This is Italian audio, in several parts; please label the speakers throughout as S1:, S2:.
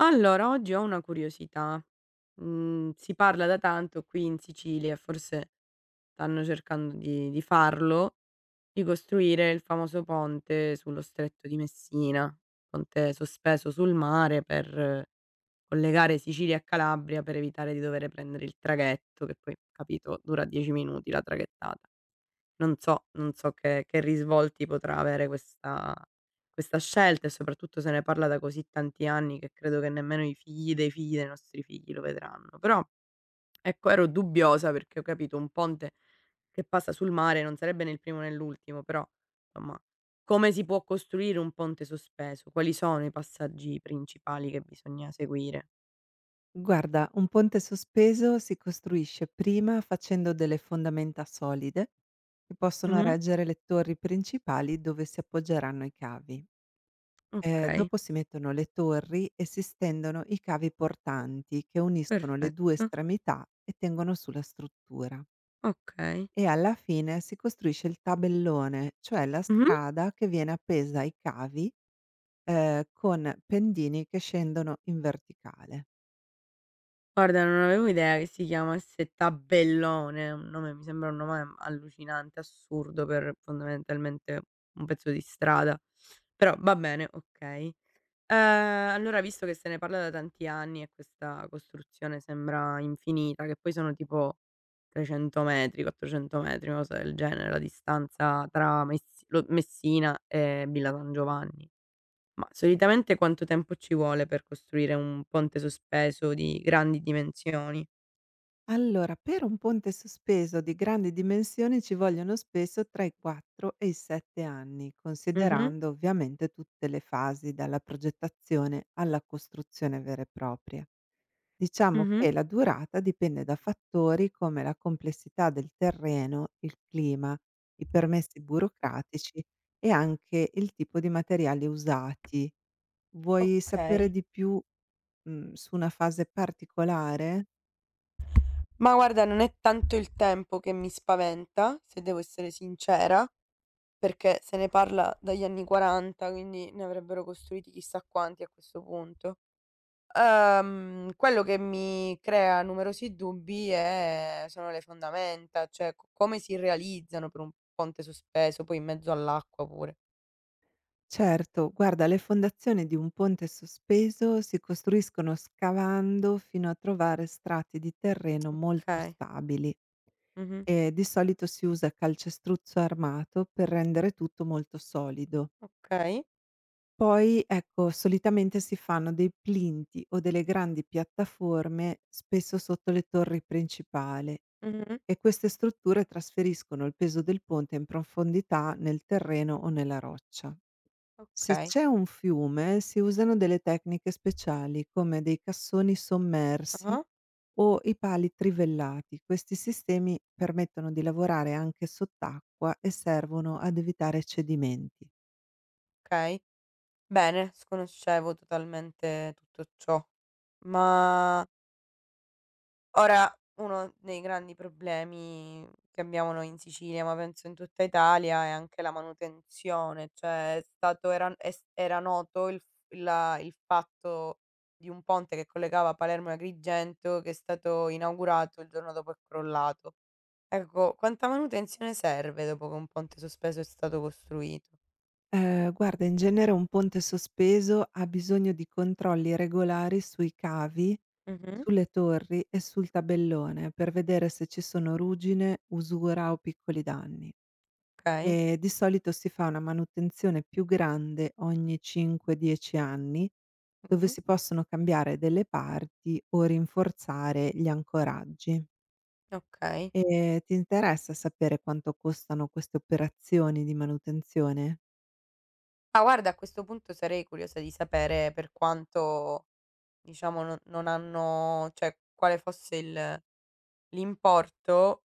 S1: Allora, oggi ho una curiosità. Si parla da tanto qui in Sicilia, forse stanno cercando di farlo, di costruire il famoso ponte sullo Stretto di Messina, ponte sospeso sul mare per collegare Sicilia e Calabria per evitare di dover prendere il traghetto che poi, capito, dura 10 minuti la traghettata. Non so che risvolti potrà avere questa scelta e soprattutto se ne parla da così tanti anni che credo che nemmeno i figli dei nostri figli lo vedranno. Però, ecco, ero dubbiosa perché ho capito un ponte che passa sul mare non sarebbe né il primo né l'ultimo, però insomma, come si può costruire un ponte sospeso? Quali sono i passaggi principali che bisogna seguire?
S2: Guarda, un ponte sospeso si costruisce prima facendo delle fondamenta solide che possono
S1: Mh-mh.
S2: reggere le torri principali dove si appoggeranno i cavi.
S1: Okay,
S2: Dopo si mettono le torri e si stendono i cavi portanti che uniscono le due
S1: perfetto.
S2: estremità e tengono sulla struttura.
S1: Okay.
S2: E alla fine si costruisce il tabellone, cioè la
S1: Mh-mh.
S2: strada che viene appesa ai cavi con pendini che scendono in verticale.
S1: Guarda, non avevo idea che si chiamasse Tabellone, un nome mi sembra un nome allucinante, assurdo per fondamentalmente un pezzo di strada. Però va bene, okay. Allora, visto che se ne parla da tanti anni e questa costruzione sembra infinita, che poi sono tipo 300 metri, 400 metri, una cosa del genere, la distanza tra Messina e Villa San Giovanni. Ma solitamente quanto tempo ci vuole per costruire un ponte sospeso di grandi dimensioni?
S2: Allora, per un ponte sospeso di grandi dimensioni ci vogliono spesso tra i 4 e i 7 anni,
S1: Mh-mh,
S2: considerando ovviamente tutte le fasi dalla progettazione alla costruzione vera e propria. Diciamo
S1: mh-mh.
S2: che la durata dipende da fattori come la complessità del terreno, il clima, i permessi burocratici e anche il tipo di materiali usati. Vuoi sapere
S1: Okay.
S2: di più, su una fase particolare?
S1: Ma guarda, non è tanto il tempo che mi spaventa, se devo essere sincera, perché se ne parla dagli anni '40, quindi ne avrebbero costruiti chissà quanti a questo punto. Quello che mi crea numerosi dubbi è sono le fondamenta, cioè c come si realizzano per un ponte sospeso, poi in mezzo all'acqua pure.
S2: Certo, guarda, le fondazioni di un ponte sospeso si costruiscono scavando fino a trovare strati di terreno molto
S1: Okay.
S2: stabili
S1: Mh-mh.
S2: e di solito si usa calcestruzzo armato per rendere tutto molto solido.
S1: Okay.
S2: Poi, ecco, solitamente si fanno dei plinti o delle grandi piattaforme spesso sotto le torri principali
S1: Mh-mh.
S2: e queste strutture trasferiscono il peso del ponte in profondità nel terreno o nella roccia. Se
S1: Okay.
S2: c'è un fiume si usano delle tecniche speciali come dei cassoni sommersi
S1: Ah-ah.
S2: o i pali trivellati. Questi sistemi permettono di lavorare anche sott'acqua e servono ad evitare cedimenti.
S1: Okay. Bene, sconoscevo totalmente tutto ciò. Ma ora uno dei grandi problemi che abbiamo noi in Sicilia, ma penso in tutta Italia, è anche la manutenzione, cioè è stato era è s era noto il f la il fatto di un ponte che collegava Palermo e Agrigento che è stato inaugurato, il giorno dopo è crollato. Ecco, quanta manutenzione serve dopo che un ponte sospeso è stato costruito?
S2: Guarda, in genere un ponte sospeso ha bisogno di controlli regolari sui cavi,
S1: Mh-mh.
S2: sulle torri e sul tabellone per vedere se ci sono ruggine, usura o piccoli danni.
S1: Okay.
S2: Di solito si fa una manutenzione più grande ogni 5, 10 anni, dove
S1: Mh-mh.
S2: si possono cambiare delle parti o rinforzare gli ancoraggi.
S1: Okay.
S2: Ti interessa sapere quanto costano queste operazioni di manutenzione?
S1: Ah, guarda, a questo punto sarei curiosa di sapere per quanto, diciamo, non hanno, cioè quale fosse il l'importo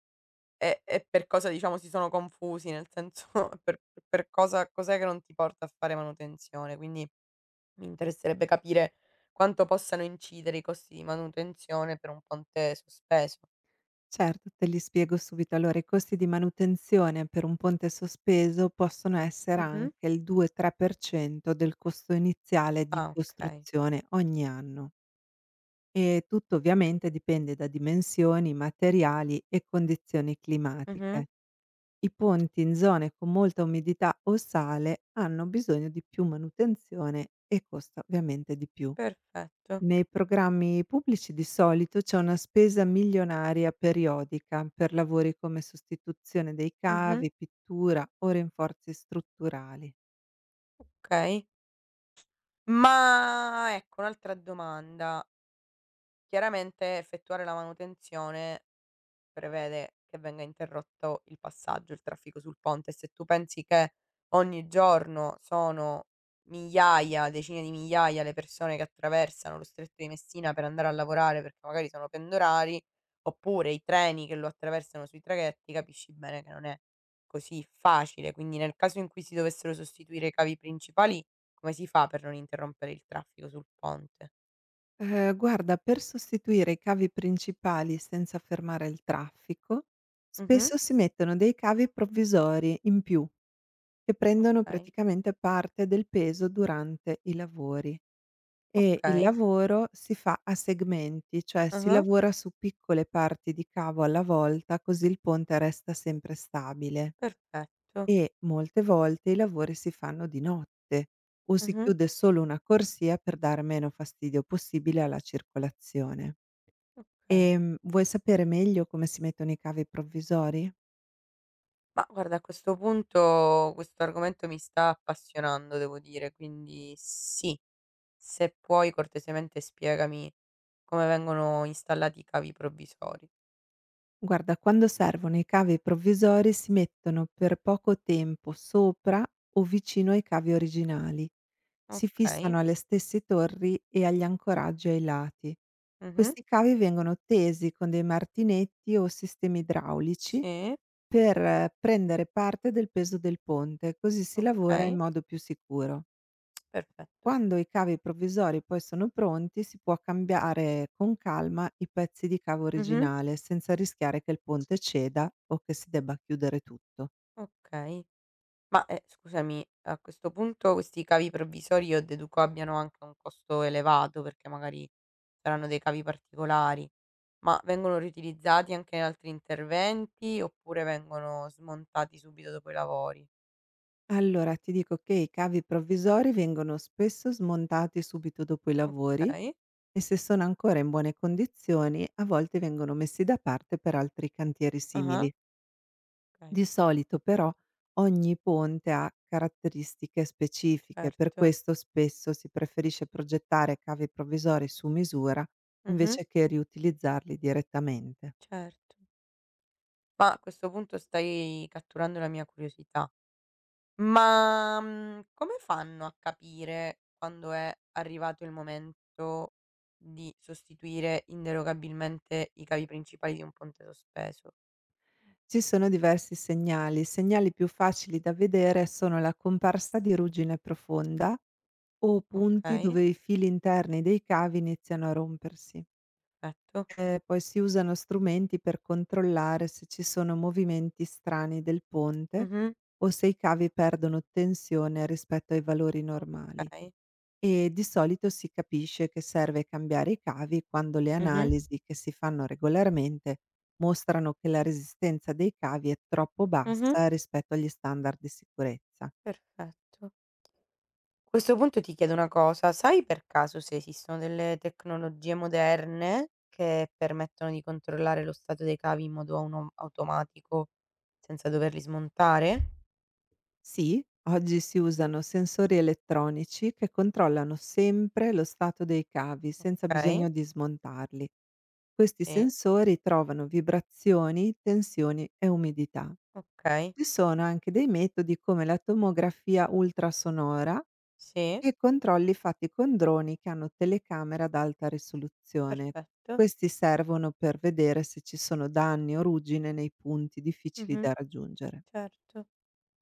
S1: e per cosa, diciamo, si sono confusi, nel senso per per cosa cos'è che non ti porta a fare manutenzione. Quindi mi interesserebbe capire quanto possano incidere i costi di manutenzione per un ponte sospeso.
S2: Certo, te li spiego subito. Allora, i costi di manutenzione per un ponte sospeso possono essere
S1: Mh-mh.
S2: anche il 2-3% del costo iniziale di
S1: Ah, okay.
S2: costruzione ogni anno. E tutto ovviamente dipende da dimensioni, materiali e condizioni
S1: Mh-mh.
S2: climatiche. I ponti in zone con molta umidità o sale hanno bisogno di più manutenzione e costa ovviamente di più.
S1: Perfetto.
S2: Nei programmi pubblici di solito c'è una spesa milionaria periodica per lavori come sostituzione dei
S1: Mh-mh.
S2: cavi, pittura o rinforzi strutturali.
S1: Okay. Ma ecco, un'altra domanda. Chiaramente effettuare la manutenzione prevede che venga interrotto il passaggio, il traffico sul ponte. Se tu pensi che ogni giorno sono migliaia, decine di migliaia le persone che attraversano lo Stretto di Messina per andare a lavorare perché magari sono pendolari, oppure i treni che lo attraversano sui traghetti, capisci bene che non è così facile. Quindi nel caso in cui si dovessero sostituire i cavi principali, come si fa per non interrompere il traffico sul ponte?
S2: Guarda, per sostituire i cavi principali senza fermare il traffico,
S1: Mh-mh.
S2: spesso si mettono dei cavi provvisori in più, che prendono
S1: Okay,
S2: praticamente parte del peso durante i lavori, e il
S1: okay.
S2: lavoro si fa a segmenti, cioè si
S1: Ah-ah,
S2: lavora su piccole parti di cavo alla volta, così il ponte resta sempre stabile.
S1: perfetto.
S2: E molte volte i lavori si fanno di notte o si
S1: Mh-mh.
S2: chiude solo una corsia per dare meno fastidio possibile alla circolazione.
S1: Okay.
S2: Vuoi sapere meglio come si mettono i cavi provvisori?
S1: Ma guarda, a questo punto questo argomento mi sta appassionando, devo dire, quindi sì, se puoi, cortesemente spiegami come vengono installati i cavi provvisori.
S2: Guarda, quando servono i cavi provvisori si mettono per poco tempo sopra o vicino ai cavi originali. Si
S1: Okay.
S2: fissano alle stesse torri e agli ancoraggi ai lati.
S1: Mh-mh.
S2: Questi cavi vengono tesi con dei martinetti o sistemi idraulici
S1: Sì,
S2: per prendere parte del peso del ponte, così si lavora in
S1: okay,
S2: modo più sicuro.
S1: perfetto.
S2: Quando i cavi provvisori poi sono pronti, si può cambiare con calma i pezzi di cavo
S1: Mh-mh.
S2: originale, senza rischiare che il ponte ceda o che si debba chiudere tutto.
S1: Okay. Ma, scusami, a questo punto questi cavi provvisori, io deduco abbiano anche un costo elevato, perché magari saranno dei cavi particolari, ma vengono riutilizzati anche in altri interventi oppure vengono smontati subito dopo i lavori?
S2: Allora ti dico che i cavi provvisori vengono spesso smontati subito dopo i lavori
S1: Okay.
S2: e, se sono ancora in buone condizioni, a volte vengono messi da parte per altri cantieri
S1: Ah-ah,
S2: simili.
S1: okay,
S2: Di solito, però, ogni ponte ha caratteristiche specifiche, per
S1: certo.
S2: questo spesso si preferisce progettare cavi provvisori su misura
S1: Mh-mh,
S2: invece che riutilizzarli direttamente.
S1: certo. Ma a questo punto stai catturando la mia curiosità. Come fanno a capire quando è arrivato il momento di sostituire inderogabilmente i cavi principali di un ponte sospeso?
S2: Ci sono diversi segnali: i segnali più facili da vedere sono la comparsa di ruggine profonda o punti
S1: Okay,
S2: dove i fili interni dei cavi iniziano a rompersi.
S1: perfetto.
S2: Poi si usano strumenti per controllare se ci sono movimenti strani del ponte
S1: Mh-mh,
S2: o se i cavi perdono tensione rispetto ai valori normali,
S1: okay.
S2: e di solito si capisce che serve cambiare i cavi quando le
S1: Mh-mh,
S2: analisi che si fanno regolarmente mostrano che la resistenza dei cavi è troppo
S1: mh-mh,
S2: bassa rispetto agli standard di sicurezza.
S1: perfetto. A questo punto ti chiedo una cosa, sai per caso se esistono delle tecnologie moderne che permettono di controllare lo stato dei cavi in modo auno automatico senza doverli smontare?
S2: Sì, oggi si usano sensori elettronici che controllano sempre lo stato dei cavi senza bisogno
S1: Okay.
S2: di smontarli. Questi
S1: Sì,
S2: sensori trovano vibrazioni, tensioni e umidità.
S1: okay.
S2: Ci sono anche dei metodi come la tomografia ultrasonora
S1: Sì,
S2: e controlli fatti con droni che hanno telecamere ad alta risoluzione.
S1: perfetto.
S2: Questi servono per vedere se ci sono danni o ruggine nei punti difficili
S1: Mh-mh.
S2: da raggiungere.
S1: Certo.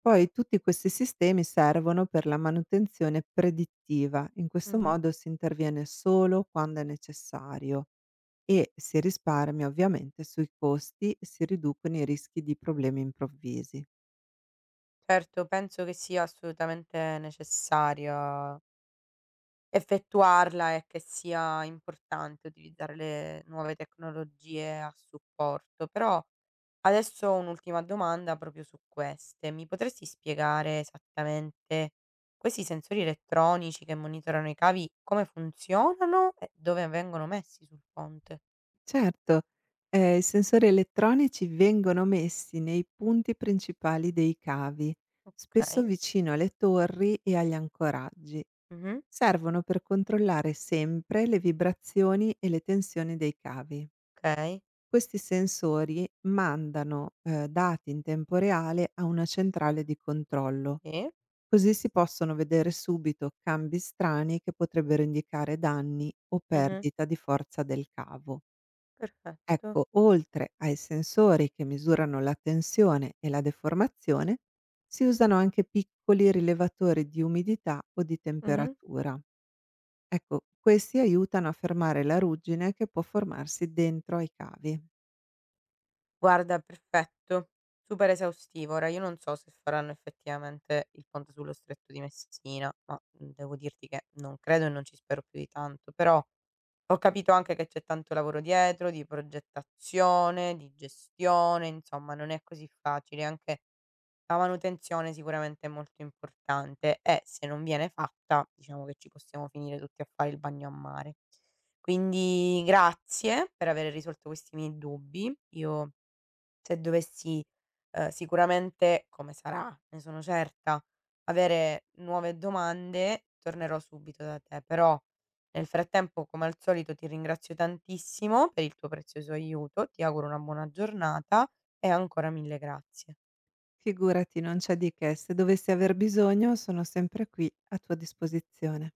S2: Poi tutti questi sistemi servono per la manutenzione predittiva: in questo
S1: Mh-mh.
S2: modo si interviene solo quando è necessario e si risparmia ovviamente sui costi e si riducono i rischi di problemi improvvisi.
S1: Certo, penso che sia assolutamente necessario effettuarla e che sia importante utilizzare le nuove tecnologie a supporto. Però adesso ho un'ultima domanda proprio su queste. Mi potresti spiegare esattamente questi sensori elettronici che monitorano i cavi come funzionano e dove vengono messi sul ponte?
S2: Certo, i sensori elettronici vengono messi nei punti principali dei cavi, spesso
S1: Okay.
S2: vicino alle torri e agli ancoraggi.
S1: Mh-mh.
S2: Servono per controllare sempre le vibrazioni e le tensioni dei cavi.
S1: Okay,
S2: Questi sensori mandano dati in tempo reale a una centrale di controllo.
S1: sì.
S2: Così si possono vedere subito cambi strani che potrebbero indicare danni o
S1: Mh-mh,
S2: perdita di forza del cavo.
S1: perfetto.
S2: Ecco, oltre ai sensori che misurano la tensione e la deformazione, si usano anche piccoli rilevatori di umidità o di
S1: Mh-mh.
S2: temperatura. Ecco, questi aiutano a fermare la ruggine che può formarsi dentro ai cavi.
S1: Guarda, perfetto, super esaustivo. Ora io non so se faranno effettivamente il ponte sullo Stretto di Messina, ma devo dirti che non credo e non ci spero più di tanto. Però ho capito anche che c'è tanto lavoro dietro, di progettazione, di gestione, insomma non è così facile, anche la manutenzione sicuramente è molto importante e se non viene fatta, diciamo che ci possiamo finire tutti a fare il bagno a mare. Quindi grazie per aver risolto questi miei dubbi. Io, se dovessi, sicuramente, come sarà, ne sono certa, avere nuove domande, tornerò subito da te. Però nel frattempo, come al solito, ti ringrazio tantissimo per il tuo prezioso aiuto, ti auguro una buona giornata e ancora mille grazie.
S2: Figurati, non c'è di che, se dovessi aver bisogno sono sempre qui a tua disposizione.